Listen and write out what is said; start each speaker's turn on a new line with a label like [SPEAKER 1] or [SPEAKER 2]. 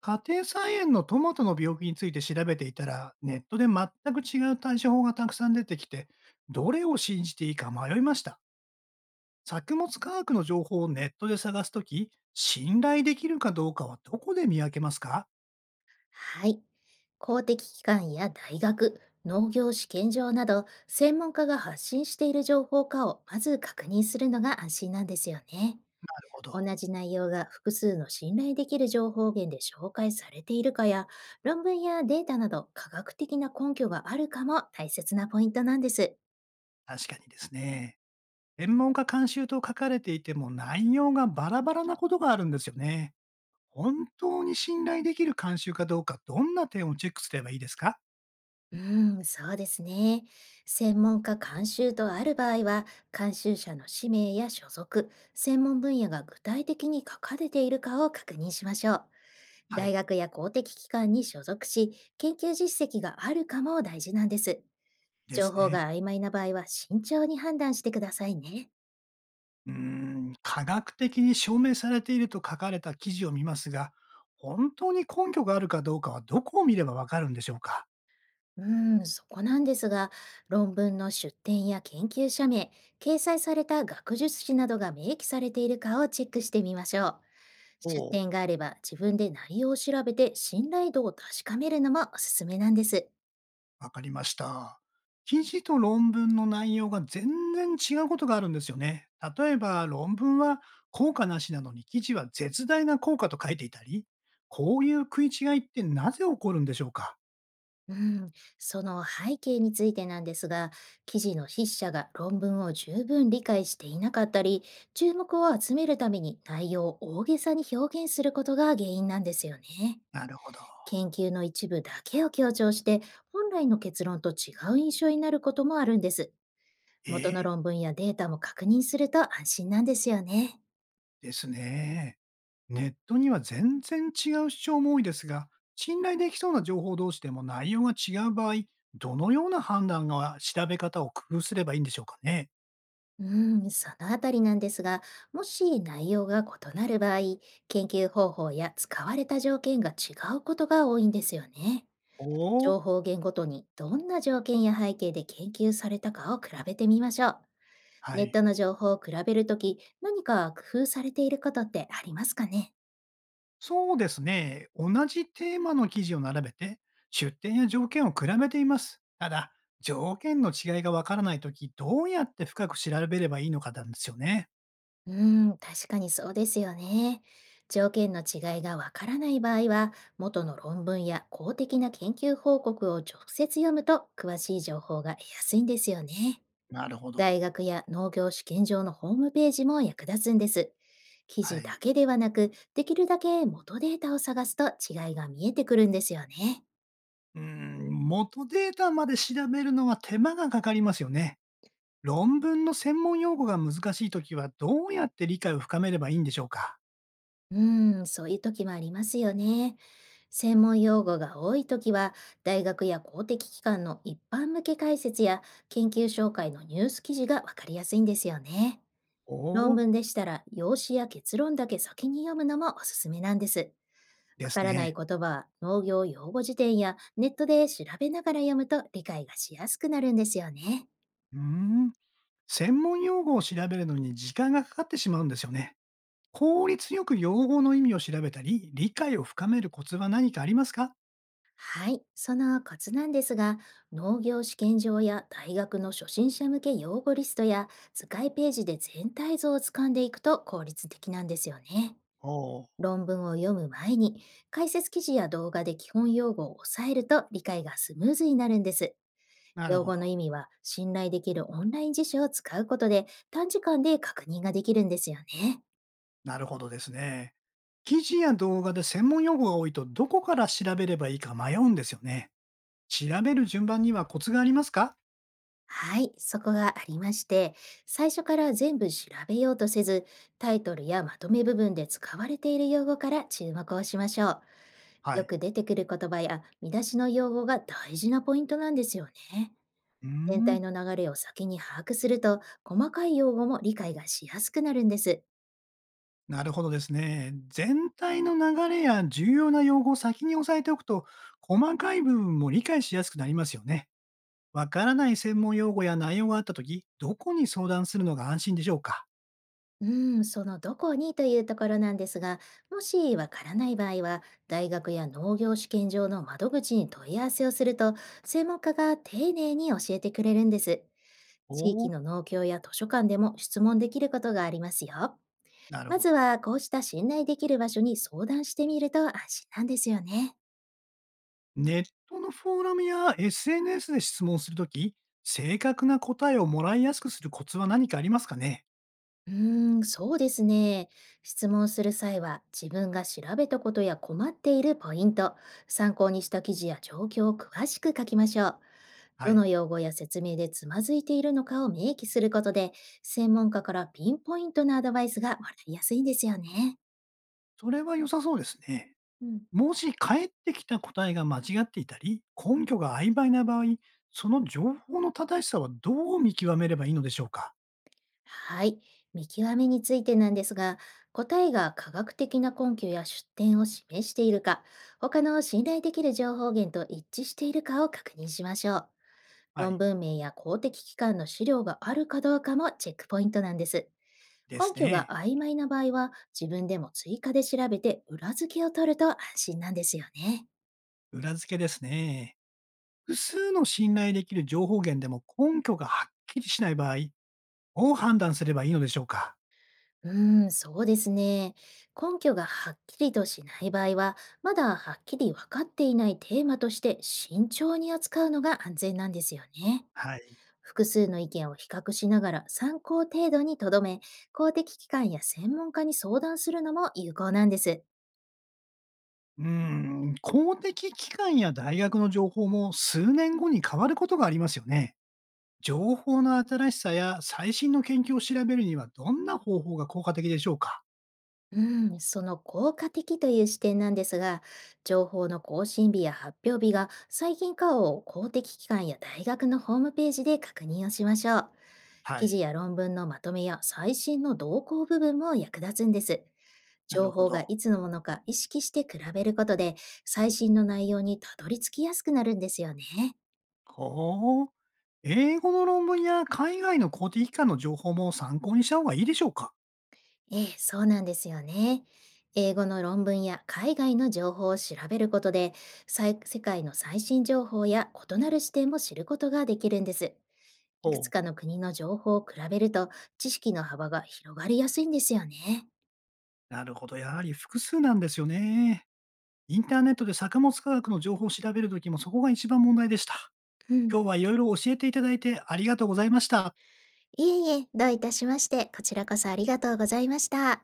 [SPEAKER 1] 家庭菜園のトマトの病気について調べていたら、ネットで全く違う対処法がたくさん出てきて、どれを信じていいか迷いました。作物科学の情報をネットで探すとき、信頼できるかどうかはどこで見分けますか？
[SPEAKER 2] はい。公的機関や大学、農業試験場など、専門家が発信している情報かをまず確認するのが安心なんですよね。
[SPEAKER 1] なるほ
[SPEAKER 2] 同
[SPEAKER 1] ど。
[SPEAKER 2] じ内容が複数の信頼できる情報源で紹介されているかや、論文やデータなど科学的な根拠があるかも大切なポイントなんです。
[SPEAKER 1] 確かにですね。専門家監修と書かれていても内容がバラバラなことがあるんですよね。本当に信頼できる監修かどうか、どんな点をチェックすればいいですか？
[SPEAKER 2] そうですね。専門家監修とある場合は、監修者の氏名や所属、専門分野が具体的に書かれているかを確認しましょう。
[SPEAKER 1] は
[SPEAKER 2] 大
[SPEAKER 1] い。
[SPEAKER 2] 学や公的機関に所属し、研究実績があるかも大事なんです。
[SPEAKER 1] で
[SPEAKER 2] 情
[SPEAKER 1] す
[SPEAKER 2] 報
[SPEAKER 1] ね。
[SPEAKER 2] が曖昧な場合は慎重に判断してくださいね。
[SPEAKER 1] 科学的に証明されていると書かれた記事を見ますが、本当に根拠があるかどうかはどこを見ればわかるんでしょうか？
[SPEAKER 2] うそこなんですが、論文の出典や研究者名、掲載された学術誌などが明記されているかをチェックしてみましょう。
[SPEAKER 1] お
[SPEAKER 2] 出
[SPEAKER 1] う
[SPEAKER 2] 典があれば自分で内容を調べて信頼度を確かめるのもおすすめなんです。
[SPEAKER 1] わかりました。記事と論文の内容が全然違うことがあるんですよね。例えば論文は効果なしなのに記事は絶大な効果と書いていたり、こういう食い違いってなぜ起こるんでしょうか？
[SPEAKER 2] うん、その背景についてなんですが、記事の筆者が論文を十分理解していなかったり、注目を集めるために内容を大げさに表現することが原因なんですよね。
[SPEAKER 1] なるほど。
[SPEAKER 2] 研究の一部だけを強調して、本来の結論と違う印象になることもあるんです。
[SPEAKER 1] え
[SPEAKER 2] 元の
[SPEAKER 1] え
[SPEAKER 2] 論文やデータも確認すると安心なんですよね。
[SPEAKER 1] ですね。ネットには全然違う主張も多いですが、信頼できそうな情報同士でも内容が違う場合、どのような判断が調べ方を工夫すればいいんでしょうかね。
[SPEAKER 2] うん、そのあたりなんですが、もし内容が異なる場合、研究方法や使われた条件が違うことが多いんですよね。
[SPEAKER 1] おー
[SPEAKER 2] 情報源ごとにどんな条件や背景で研究されたかを比べてみましょう。
[SPEAKER 1] は
[SPEAKER 2] ネッ
[SPEAKER 1] い。
[SPEAKER 2] トの情報を比べるとき、何か工夫されていることってありますかね？
[SPEAKER 1] そうですね。同じテーマの記事を並べて、出典や条件を比べています。ただ、条件の違いがわからないとき、どうやって深く調べればいいのかなんですよね。
[SPEAKER 2] 確かにそうですよね。条件の違いがわからない場合は、元の論文や公的な研究報告を直接読むと詳しい情報が得やすいんですよね。
[SPEAKER 1] なるほど。
[SPEAKER 2] 大学や農業試験場のホームページも役立つんです。記
[SPEAKER 1] は
[SPEAKER 2] 事だ
[SPEAKER 1] い。
[SPEAKER 2] けではなく、できるだけ元データを探すと違いが見えてくるんですよね。
[SPEAKER 1] 元データまで調べるのは手間がかかりますよね。論文の専門用語が難しいときはどうやって理解を深めればいいんでしょうか？
[SPEAKER 2] うそういう時もありますよね。専門用語が多い時は、大学や公的機関の一般向け解説や研究紹介のニュース記事がわかりやすいんですよね。
[SPEAKER 1] お
[SPEAKER 2] 論
[SPEAKER 1] お
[SPEAKER 2] 文でしたら、用紙や結論だけ先に読むのもおすすめなんです。わ
[SPEAKER 1] で
[SPEAKER 2] か
[SPEAKER 1] す
[SPEAKER 2] らない
[SPEAKER 1] ね。
[SPEAKER 2] 言葉は農業用語辞典やネットで調べながら読むと理解がしやすくなるんですよね。
[SPEAKER 1] うーん。専門用語を調べるのに時間がかかってしまうんですよね。効率よく用語の意味を調べたり、理解を深めるコツは何かありますか？
[SPEAKER 2] はい、そのコツなんですが、農業試験場や大学の初心者向け用語リストや図解ページで全体像をつかんでいくと効率的なんですよね。
[SPEAKER 1] おおー、
[SPEAKER 2] 論文を読む前に解説記事や動画で基本用語を押さえると理解がスムーズになるんです。
[SPEAKER 1] なる
[SPEAKER 2] 用
[SPEAKER 1] ほ
[SPEAKER 2] 語
[SPEAKER 1] ど。
[SPEAKER 2] の意味は信頼できるオンライン辞書を使うことで短時間で確認ができるんですよね。
[SPEAKER 1] なるほどですね。記事や動画で専門用語が多いとどこから調べればいいか迷うんですよね。調べる順番にはコツがありますか？
[SPEAKER 2] はい、そこがありまして、最初から全部調べようとせず、タイトルやまとめ部分で使われている用語から注目をしましょう。
[SPEAKER 1] は
[SPEAKER 2] よ
[SPEAKER 1] い。
[SPEAKER 2] く出てくる言葉や見出しの用語が大事なポイントなんですよね。
[SPEAKER 1] うー
[SPEAKER 2] 全体
[SPEAKER 1] ん。
[SPEAKER 2] の流れを先に把握すると、細かい用語も理解がしやすくなるんです。
[SPEAKER 1] なるほどですね。全体の流れや重要な用語を先に押さえておくと、細かい部分も理解しやすくなりますよね。わからない専門用語や内容があったとき、どこに相談するのが安心でしょうか？
[SPEAKER 2] うそのどこにというところなんですが、もしわからない場合は、大学や農業試験場の窓口に問い合わせをすると、専門家が丁寧に教えてくれるんです。
[SPEAKER 1] お
[SPEAKER 2] 地域
[SPEAKER 1] お、
[SPEAKER 2] の農協や図書館でも質問できることがありますよ。
[SPEAKER 1] なる
[SPEAKER 2] ま
[SPEAKER 1] ほ
[SPEAKER 2] ず
[SPEAKER 1] ど。
[SPEAKER 2] は、こうした信頼できる場所に相談してみると安心なんですよね。
[SPEAKER 1] ネットのフォーラムや SNS で質問するとき、正確な答えをもらいやすくするコツは何かありますかね？
[SPEAKER 2] そうですね。質問する際は、自分が調べたことや困っているポイント、参考にした記事や状況を詳しく書きましょう。
[SPEAKER 1] は
[SPEAKER 2] ど
[SPEAKER 1] い。
[SPEAKER 2] の用語や説明でつまずいているのかを明記することで、専門家からピンポイントなアドバイスがもらいやすいんですよね。
[SPEAKER 1] それは良さそうですね。
[SPEAKER 2] うん、
[SPEAKER 1] もし返ってきた答えが間違っていたり、根拠が曖昧な場合、その情報の正しさはどう見極めればいいのでしょうか？
[SPEAKER 2] はい。見極めについてなんですが、答えが科学的な根拠や出典を示しているか、他の信頼できる情報源と一致しているかを確認しましょう。
[SPEAKER 1] は
[SPEAKER 2] 論
[SPEAKER 1] い。
[SPEAKER 2] 文名や公的機関の資料があるかどうかもチェックポイントなんです。
[SPEAKER 1] です
[SPEAKER 2] 根拠が
[SPEAKER 1] ね。
[SPEAKER 2] 曖昧な場合は、自分でも追加で調べて裏付けを取ると安心なんですよね。
[SPEAKER 1] 裏付けですね。複数の信頼できる情報源でも根拠がはっきりしない場合、どう判断すればいいのでしょうか？
[SPEAKER 2] うそうですね。根拠がはっきりとしない場合は、まだはっきり分かっていないテーマとして慎重に扱うのが安全なんですよね。
[SPEAKER 1] はい。
[SPEAKER 2] 複数の意見を比較しながら参考程度にとどめ、公的機関や専門家に相談するのも有効なんです。
[SPEAKER 1] 公的機関や大学の情報も数年後に変わることがありますよね。情報の新しさや最新の研究を調べるにはどんな方法が効果的でしょうか？
[SPEAKER 2] うん、その効果的という視点なんですが、情報の更新日や発表日が最近かを公的機関や大学のホームページで確認をしましょう。
[SPEAKER 1] は
[SPEAKER 2] 記
[SPEAKER 1] い。
[SPEAKER 2] 事や論文のまとめや最新の動向部分も役立つんです。
[SPEAKER 1] なる
[SPEAKER 2] 情
[SPEAKER 1] ほ
[SPEAKER 2] 報が
[SPEAKER 1] ど。
[SPEAKER 2] いつのものか意識して比べることで、最新の内容にたどり着きやすくなるんですよね。
[SPEAKER 1] ほう。英語の論文や海外の公的機関の情報も参考にした方がいいでしょうか？
[SPEAKER 2] ええ、そうなんですよね。英語の論文や海外の情報を調べることで、さい世界の最新情報や異なる視点も知ることができるんです。いくつ
[SPEAKER 1] ほ
[SPEAKER 2] か
[SPEAKER 1] う。
[SPEAKER 2] の国の情報を比べると、知識の幅が広がりやすいんですよね。
[SPEAKER 1] なるほど。やはり複数なんですよね。インターネットで作物科学の情報を調べるときもそこが一番問題でした。
[SPEAKER 2] うん。
[SPEAKER 1] 今日はいろいろ教えていただいてありがとうございました。
[SPEAKER 2] いえいえ、どういたしまして、こちらこそありがとうございました。